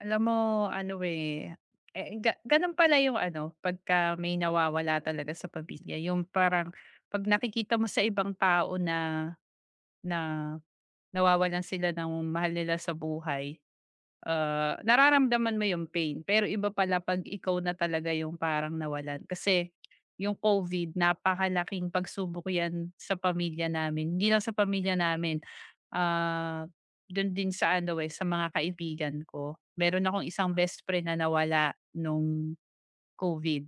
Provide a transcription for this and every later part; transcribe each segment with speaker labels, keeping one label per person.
Speaker 1: Alam mo ano, eh, gano'n pala yung ano, pagka may nawawala talaga sa pamilya yung parang 'pag nakikita mo sa ibang tao na na nawawalan sila ng mahal nila sa buhay, ah, nararamdaman mo yung pain. Pero iba pala 'pag ikaw na talaga yung parang nawalan. Kasi yung COVID napakalaking pagsubok 'yan sa pamilya namin, hindi lang sa pamilya namin. Ah, dun din sa ano, eh, sa mga kaibigan ko. Meron akong isang best friend na nawala nung COVID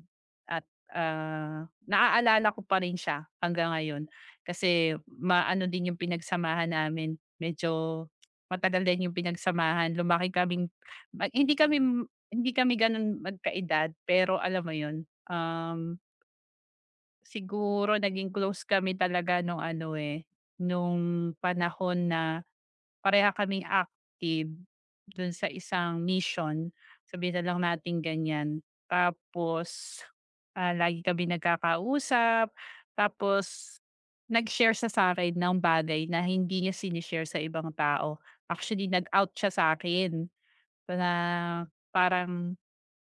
Speaker 1: at, ah, naaalala ko pa rin siya hanggang ngayon kasi maano din yung pinagsamahan namin. Medyo matagal din yung pinagsamahan, lumaki kaming ma hindi kami ganun magkaedad pero alam mo yun, um, siguro naging close kami talaga nung ano, eh, nung panahon na pareha kaming active dun sa isang mission, sabihin na lang nating ganyan. Tapos, ah, lagi kami nagkakausap, tapos nag-share siya sa'kin ng bagay na hindi niya sinishare sa ibang tao. Actually, nag-out siya sa'kin na parang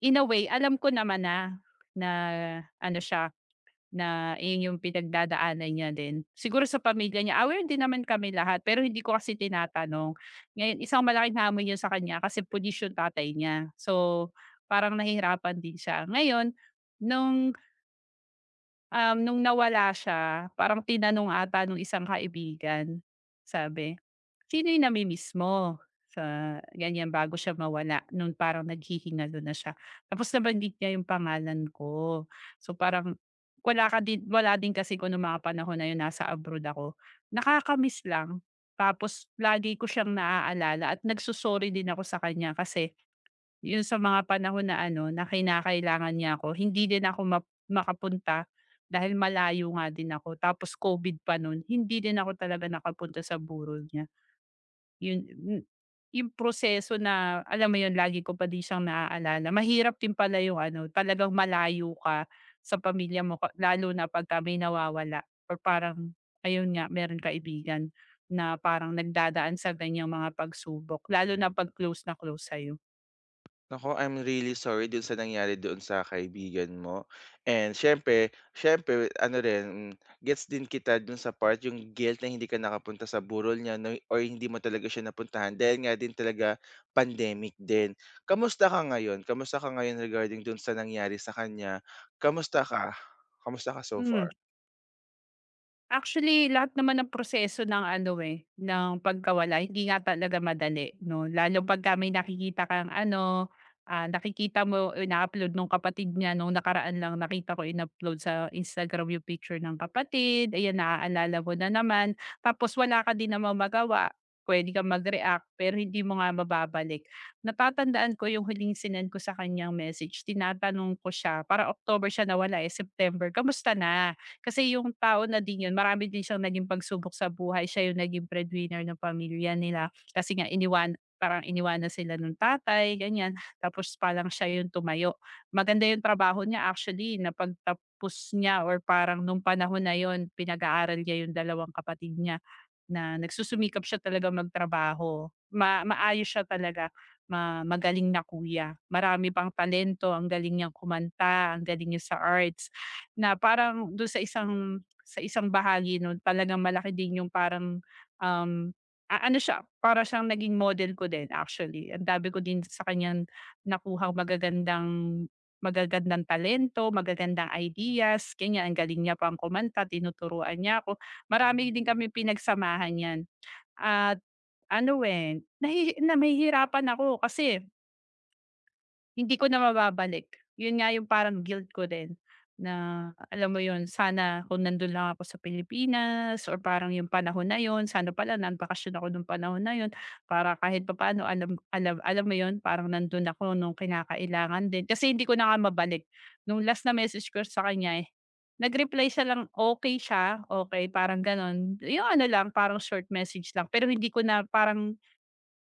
Speaker 1: in a way alam ko naman na, na ano siya, na iyon yung pinagdadaanan niya din. Siguro sa pamilya niya, aware din naman kami lahat pero hindi ko kasi tinatanong. Ngayon isang malaking hamon yun sa kanya kasi pulis yung tatay niya. So, parang nahihirapan din siya. Ngayon, nung nung nawala siya, parang tinanong ata nung isang kaibigan, sabi, "Sino yung nami-miss mo?" Sa ganyan, bago siya mawala nung parang naghihingalo na siya. Tapos nabanggit niya yung pangalan ko. So, parang wala ka din wala din kasi ko nung mga panahon na yun, nasa abroad ako. nakaka lang, tapos lagi ko siyang naaalala at nagsusorry din ako sa kanya kasi yun sa mga panahon na ano, na kinakailangan niya ako, hindi din ako makapunta dahil malayo nga din ako tapos COVID pa nun, hindi din ako talaga nakapunta sa burol niya. Yun m yung proseso na alam mo yun lagi ko pa din siyang naaalala. Mahirap din pala yung ano, talagang malayo ka sa pamilya mo ka lalo na pagka may nawawala or parang ayun nga meron kaibigan na parang nagdadaan sa ganiyang mga pagsubok lalo na 'pag close na close sa'yo.
Speaker 2: Nako, I'm really sorry do'n sa nangyari doon sa kaibigan mo. And siyempre siyempre ano rin, hmm, gets din kita do'n sa part yung guilt na hindi ka nakapunta sa burol niya 'no, or hindi mo talaga siya napuntahan dahil nga din talaga pandemic din. Kamusta ka ngayon? Kamusta ka ngayon regarding do'n sa nangyari sa kanya? Kamusta ka? Kamusta ka so
Speaker 1: Hmm.
Speaker 2: far?
Speaker 1: Actually, lahat naman ng proseso ng ano, eh, ng pagkawala hindi nga talaga madali 'no, lalo pagka may nakikita kang ano, nakikita mo ina-upload nung kapatid niya nung nakaraan lang nakita ko in-upload sa Instagram yung picture ng kapatid, ayan naaalala mo na naman. Tapos wala ka din namang magawa, puwede ka mag-react pero hindi mo nga mababalik. Natatandaan ko yung huling sinan ko sa kaniyang message tinatanong ko siya, para October siya nawala, eh, September, "Kamusta na?" Kasi yung tao na din yun marami din siyang naging pagsubok sa buhay, siya yung naging breadwinner ng pamilya nila kasi nga iniwan parang iniwanan sila nung tatay ganyan, tapos palang siya yung tumayo. Maganda yung trabaho niya actually na napagtapos niya or parang nung panahon na yon pinag-aaral niya yung dalawang kapatid niya na nagsusumikap siya talaga magtrabaho. Maayos siya talaga, magaling na kuya. Marami pang talento, ang galing niyang kumanta, ang galing niya sa arts. Na parang dun sa isang bahagi nun talagang malaki din yung parang, um, a ano siya, para siyang naging model ko din actually. Ang dami ko din sa kanyang nakuhang magagandang magagandang talento, magagandang ideas, ganyan. Ang galing niya pang kumanta, tinuturuan niya ako. Marami din kaming pinagsamahan niyan at ano, eh, nahihirapan ako kasi hindi ko na mababalik. Yun nga yung parang guilt ko din na alam mo yun, sana kung nandun lang ako sa Pilipinas or parang yung panahon na yun, sana pala nanbakasyon ako nung panahon na yun para kahit papaano alam alam alam mo yun, parang nandun ako nung kinakailangan din. Kasi hindi ko na nga mabalik. Nung last na message ko sa kanya, eh, nag-reply siya lang, okey siya, okey, parang gano'n. Yung ano lang, parang short message lang pero hindi ko na parang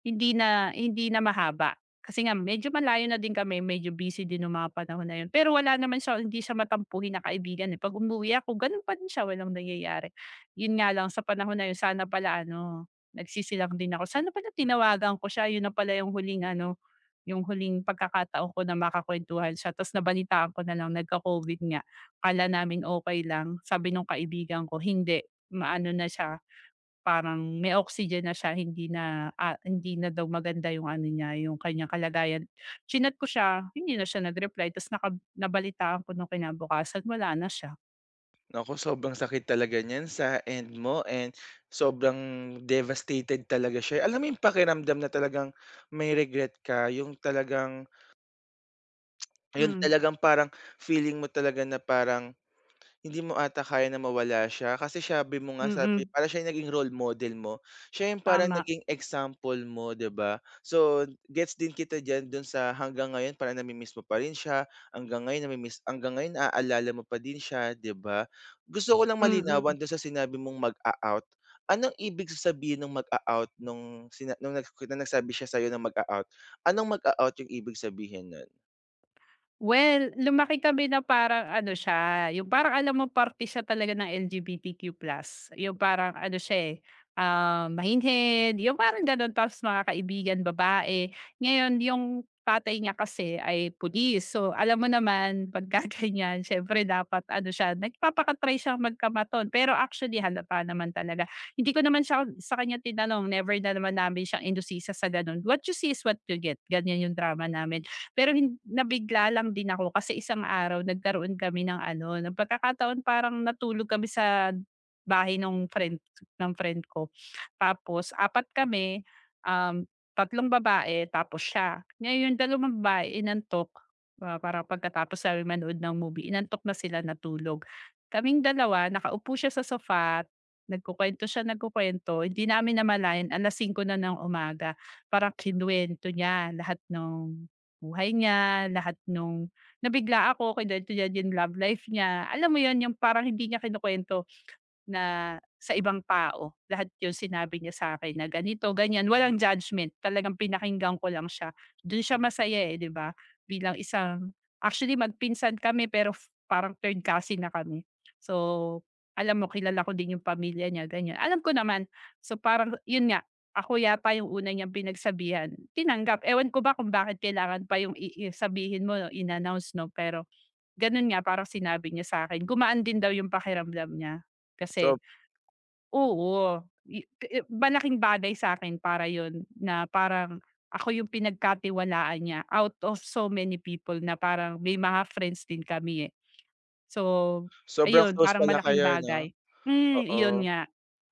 Speaker 1: hindi na mahaba. Kasi nga medyo malayo na din kami, medyo busy din nung mga panahon na yun. Pero wala naman siya hindi siya matampuhin na kaibigan, eh. 'Pag umuwi ako ganun pa din siya, walang nangyayari. Yun nga lang sa panahon na yun sana pala ano, nagsisilang din ako. Sana pala tinawagan ko siya, yun na pala yung huling ano, yung huling pagkakataon ko na makakwentuhan siya ta's nabalitaan ko na lang nagka-COVID nga. Akala namin okey lang, sabi nung kaibigan ko, hindi, maano na siya. Parang may oxygen na siya hindi na, hindi na daw maganda yung ano niya, yung kanyang kalagayan. Chinat ko siya, hindi na siya nag-reply ta's nabalitaan ko nung kinabukasan wala na siya.
Speaker 2: Naku, sobrang sakit talaga niyan sa end mo, and sobrang devastated talaga siya. Alam mo yung pakiramdam na talagang may regret ka, yung talagang, yun
Speaker 1: Hmm,
Speaker 2: talagang parang feeling mo talaga na parang hindi mo ata kaya na mawala siya kasi sabi mo nga sabi
Speaker 1: mm.
Speaker 2: parang siya yung naging role model mo. Siya yung parang
Speaker 1: Tama.
Speaker 2: naging example mo, 'di ba? So, gets din kita diyan dun sa hanggang ngayon para nami-miss mo pa rin siya, hanggang ngayon nami-miss hanggang ngayon naaalala mo pa din siya, 'di ba? Gusto ko lang
Speaker 1: Mm.
Speaker 2: malinawan dun sa sinabi mong mag-a-out. Anong ibig sabihin ng mag-a-out nung sina nung nagsabi siya sa'yo ng mag-a-out? Anong mag-a-out yung ibig sabihin nun?
Speaker 1: Well, lumaki kami na parang ano siya, yung parang alam mo parte siya talaga ng LGBTQ plus. Yung parang ano siya, eh, mahinhin, yung parang gano'n. Tapos mga kaibigan babae. Ngayon yung tatay niya kasi ay police, so, alam mo naman pagka ganyan syempre dapat ano siya, nagpapaka-try siya magkamaton. Pero actually halata naman talaga. Hindi ko naman siya sa kanya tinanong, never na naman namin siyang inusisa sa gano'n. What you see is what you get, ganyan yung drama namin. Pero nabigla lang din ako kasi isang araw nagkaroon kami ng ano, ng pagkakataon parang natulog kami sa bahay ng friend ko. Tapos apat kami, um, 3 babae tapos siya. Ngayon dalawang babae inantok, ah, parang pagkatapos namin manood ng movie, inantok na sila, natulog. Kaming dalawa nakaupo siya sa sofa, nagkukuwento siya, nagkukuwento, hindi namin namalayan 5:00 na ng umaga. Parang kinuwento niya lahat ng buhay niya, lahat nung nabigla ako kay dahil dyan yung love life niya. Alam mo yon yung parang hindi niya kinukwento na sa ibang tao, lahat 'yun sinabi niya sa akin, na ganito, ganiyan, walang judgment, talagang pinakinggan ko lang siya. Do'n siya masaya, eh, 'di ba, bilang isang actually magpinsan kami pero parang third cousin na kami. So, alam mo kilala ko din 'yung pamilya niya, ganiyan, alam ko naman. So, parang 'yun nga, ako yata 'yung una niyang pinagsabihan, tinanggap. Ewan ko ba kung bakit kailangan pa 'yung i sabihin mo, no, in-announce 'no, pero gano'n nga parang sinabi niya sa akin, gumaan din daw 'yung pakiramdam niya
Speaker 2: So,
Speaker 1: kasi. Oo, i malaking bagay sa'kin para yun na parang ako yung pinagkatiwalaan niya out of so many people na parang may mga friends din kami, eh. So,
Speaker 2: sobrang
Speaker 1: ayun
Speaker 2: close
Speaker 1: parang
Speaker 2: pala
Speaker 1: malaking
Speaker 2: kayo 'no?
Speaker 1: bagay. Hmm,
Speaker 2: Oo.
Speaker 1: yun nga,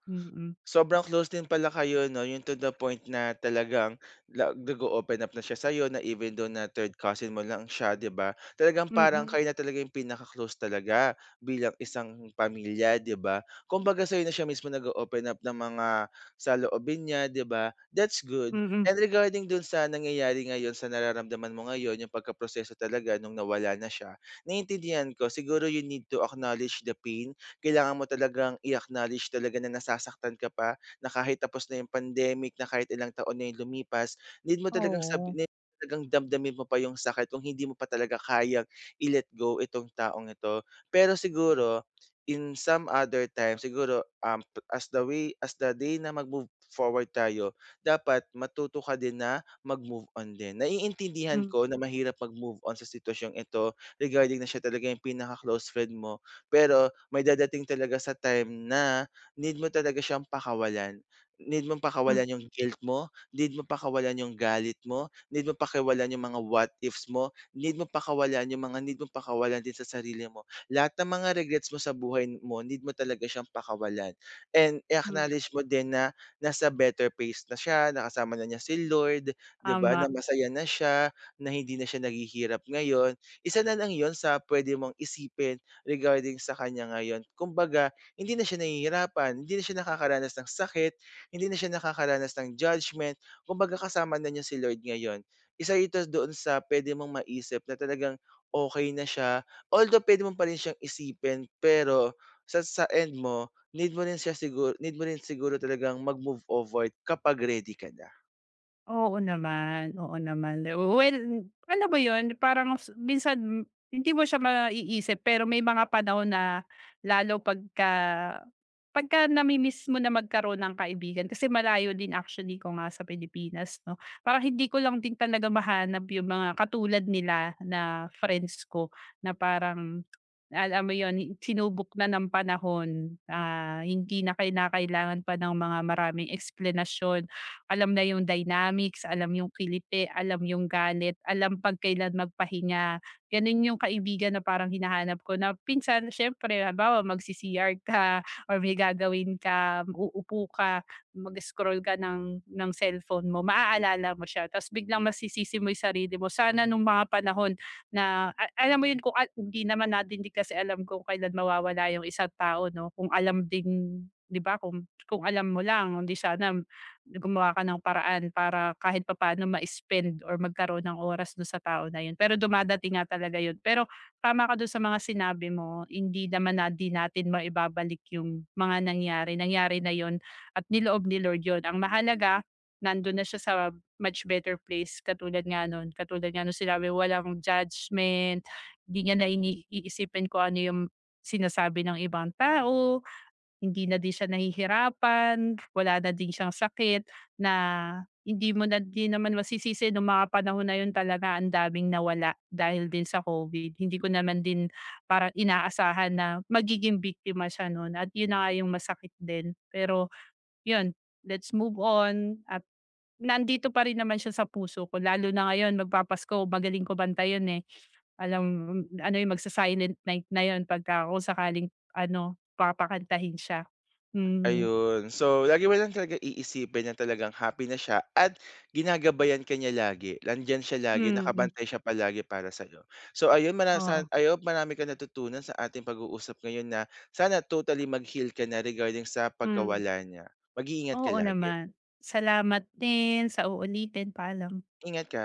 Speaker 1: mm.
Speaker 2: Sobrang close din pala kayo 'no, yung to the point na talagang la nag-o-open up na siya sa'yo na even though na third cousin mo lang siya, 'di ba? Talagang
Speaker 1: Mm,
Speaker 2: parang
Speaker 1: mm.
Speaker 2: kayo na talaga yung pinaka-close talaga bilang isang pamilya, 'di ba? Kumbaga sa'yo na siya mismo nag open up ng mga saloobin niya, 'di ba? That's good.
Speaker 1: Mm.
Speaker 2: And regarding dun sa nangyayari ngayon, sa nararamdaman mo ngayon, yung pagkaproseso talaga nung nawala na siya, naiintindihan ko. Siguro you need to acknowledge the pain, kailangan mo talagang i-acknowledge talaga na nasasaktan ka pa, na kahit tapos na yung pandemic, na kahit ilang taon na yung lumipas, need mo talagang sabi
Speaker 1: Oo.
Speaker 2: need mo talagang damdamin mo pa yung sakit kung hindi mo pa talaga kayang i-let go itong taong ito. Pero siguro, in some other time, siguro, as the way as the day na mag-move forward tayo, dapat matuto ka din na mag-move on din. Naiintindihan
Speaker 1: Mm,
Speaker 2: ko na mahirap mag-move on sa sitwasyong ito regarding na siya talaga yung pinaka-close friend mo. Pero may dadating talaga sa time na need mo talaga siyang pakawalan. Need mo pakawalan yung guilt mo, need mo pakawalan yung galit mo, need mo pakawalan yung mga what ifs mo, need mo pakawalan yung mga need mo pakawalan din sa sarili mo. Lahat ng mga regrets mo sa buhay mo, need mo talaga siyang pakawalan. And
Speaker 1: mm.
Speaker 2: acknowledge mo din na nasa better pace na siya, nakasama na niya si Lord, 'di ba? Na
Speaker 1: Tama.
Speaker 2: masaya na siya, na hindi na siya naghihirap ngayon. Isa na lang 'yon sa pwede mong isipin regarding sa kanya ngayon. Kumbaga, hindi na siya nahihirapan, hindi na siya nakakaranas ng sakit, hindi na siya nakakaranas ng judgment. Kumbaga, kasama na niya si Lord ngayon. Isa ito doon sa pwede mong maisip na talagang okay na siya. Although pwede mo pa rin siyang isipin, pero sa end mo, need mo rin siya siguro, need mo rin siguro talagang mag-move forward kapag ready ka na.
Speaker 1: Oo naman, oo naman. Well, alam ba yun parang minsan hindi mo siya maiisip pero may mga panahon na lalo pagka pagka mo na magkaroon ng kaibigan kasi malayo din actually ko nga sa Pilipinas 'no. Parang hindi ko lang din talaga mahanap yung mga katulad nila na friends ko na parang, alam mo yon sinubok na ng panahon, ah, hindi na kinakailangan pa ng mga maraming explanation alam na yung dynamics, alam yung kiliti, alam yung galit, alam pag kailan magpahinga. Ganun yung kaibigan na parang hinahanap ko na pinsan siyempre halimbawa magsi-CR ka or may gagawin ka, uupo ka, mag-scroll ka ng cellphone mo, maaalala mo siya tapos biglang masisisi mo yung sarili mo. Sana nung mga panahon na alam mo yun kung hindi naman natin din kasi alam kung kailan mawawala yung isang tao 'no, kung alam din 'di ba kung alam mo lang, hindi sana gumawa ka ng paraan para kahit papaano ma-spend or magkaroon ng oras dun sa tao na yun. Pero dumadating nga talaga yun. Pero tama ka dun sa mga sinabi mo, hindi naman na di natin maibabalik yung mga nangyari. Nangyari na yun at niloob ni Lord yun. Ang mahalaga, nandun na siya sa much better place katulad nga nun. Katulad nga nun sinabi, walang judgment, hindi niya na iniisipin ko ano yung sinasabi ng ibang tao, hindi na din siya nahihirapan, wala na din siyang sakit na hindi mo na din naman masisisi nung mga panahon na yun talaga ang daming nawala dahil din sa COVID. Hindi ko naman din parang inaasahan na magiging biktima siya nun at yun na nga yung masakit din. Pero yun, let's move on at nandito pa rin naman siya sa puso ko lalo na ngayon magpapasko, magaling ko banta yun, eh. Alam mong ano yung magsa-Silent Night na yun pagka kung sakaling ano, papakantahin siya. Mhm.
Speaker 2: Ayun. So, lagi mo lang talaga iisipin na talagang happy na siya at ginagabayan ka niya lagi. Nandiyan siya lagi,
Speaker 1: Mm,
Speaker 2: nakabantay siya palagi para sa'yo. So, ayun, mara
Speaker 1: oo.
Speaker 2: sa I hope marami kang natutunan sa ating pag-uusap ngayon na sana totally mag-heal ka na regarding sa
Speaker 1: Hmm,
Speaker 2: pagkawala niya. Mag-iingat ka
Speaker 1: oo
Speaker 2: lagi.
Speaker 1: naman. Salamat din sa uulitin, paalam.
Speaker 2: Ingat ka.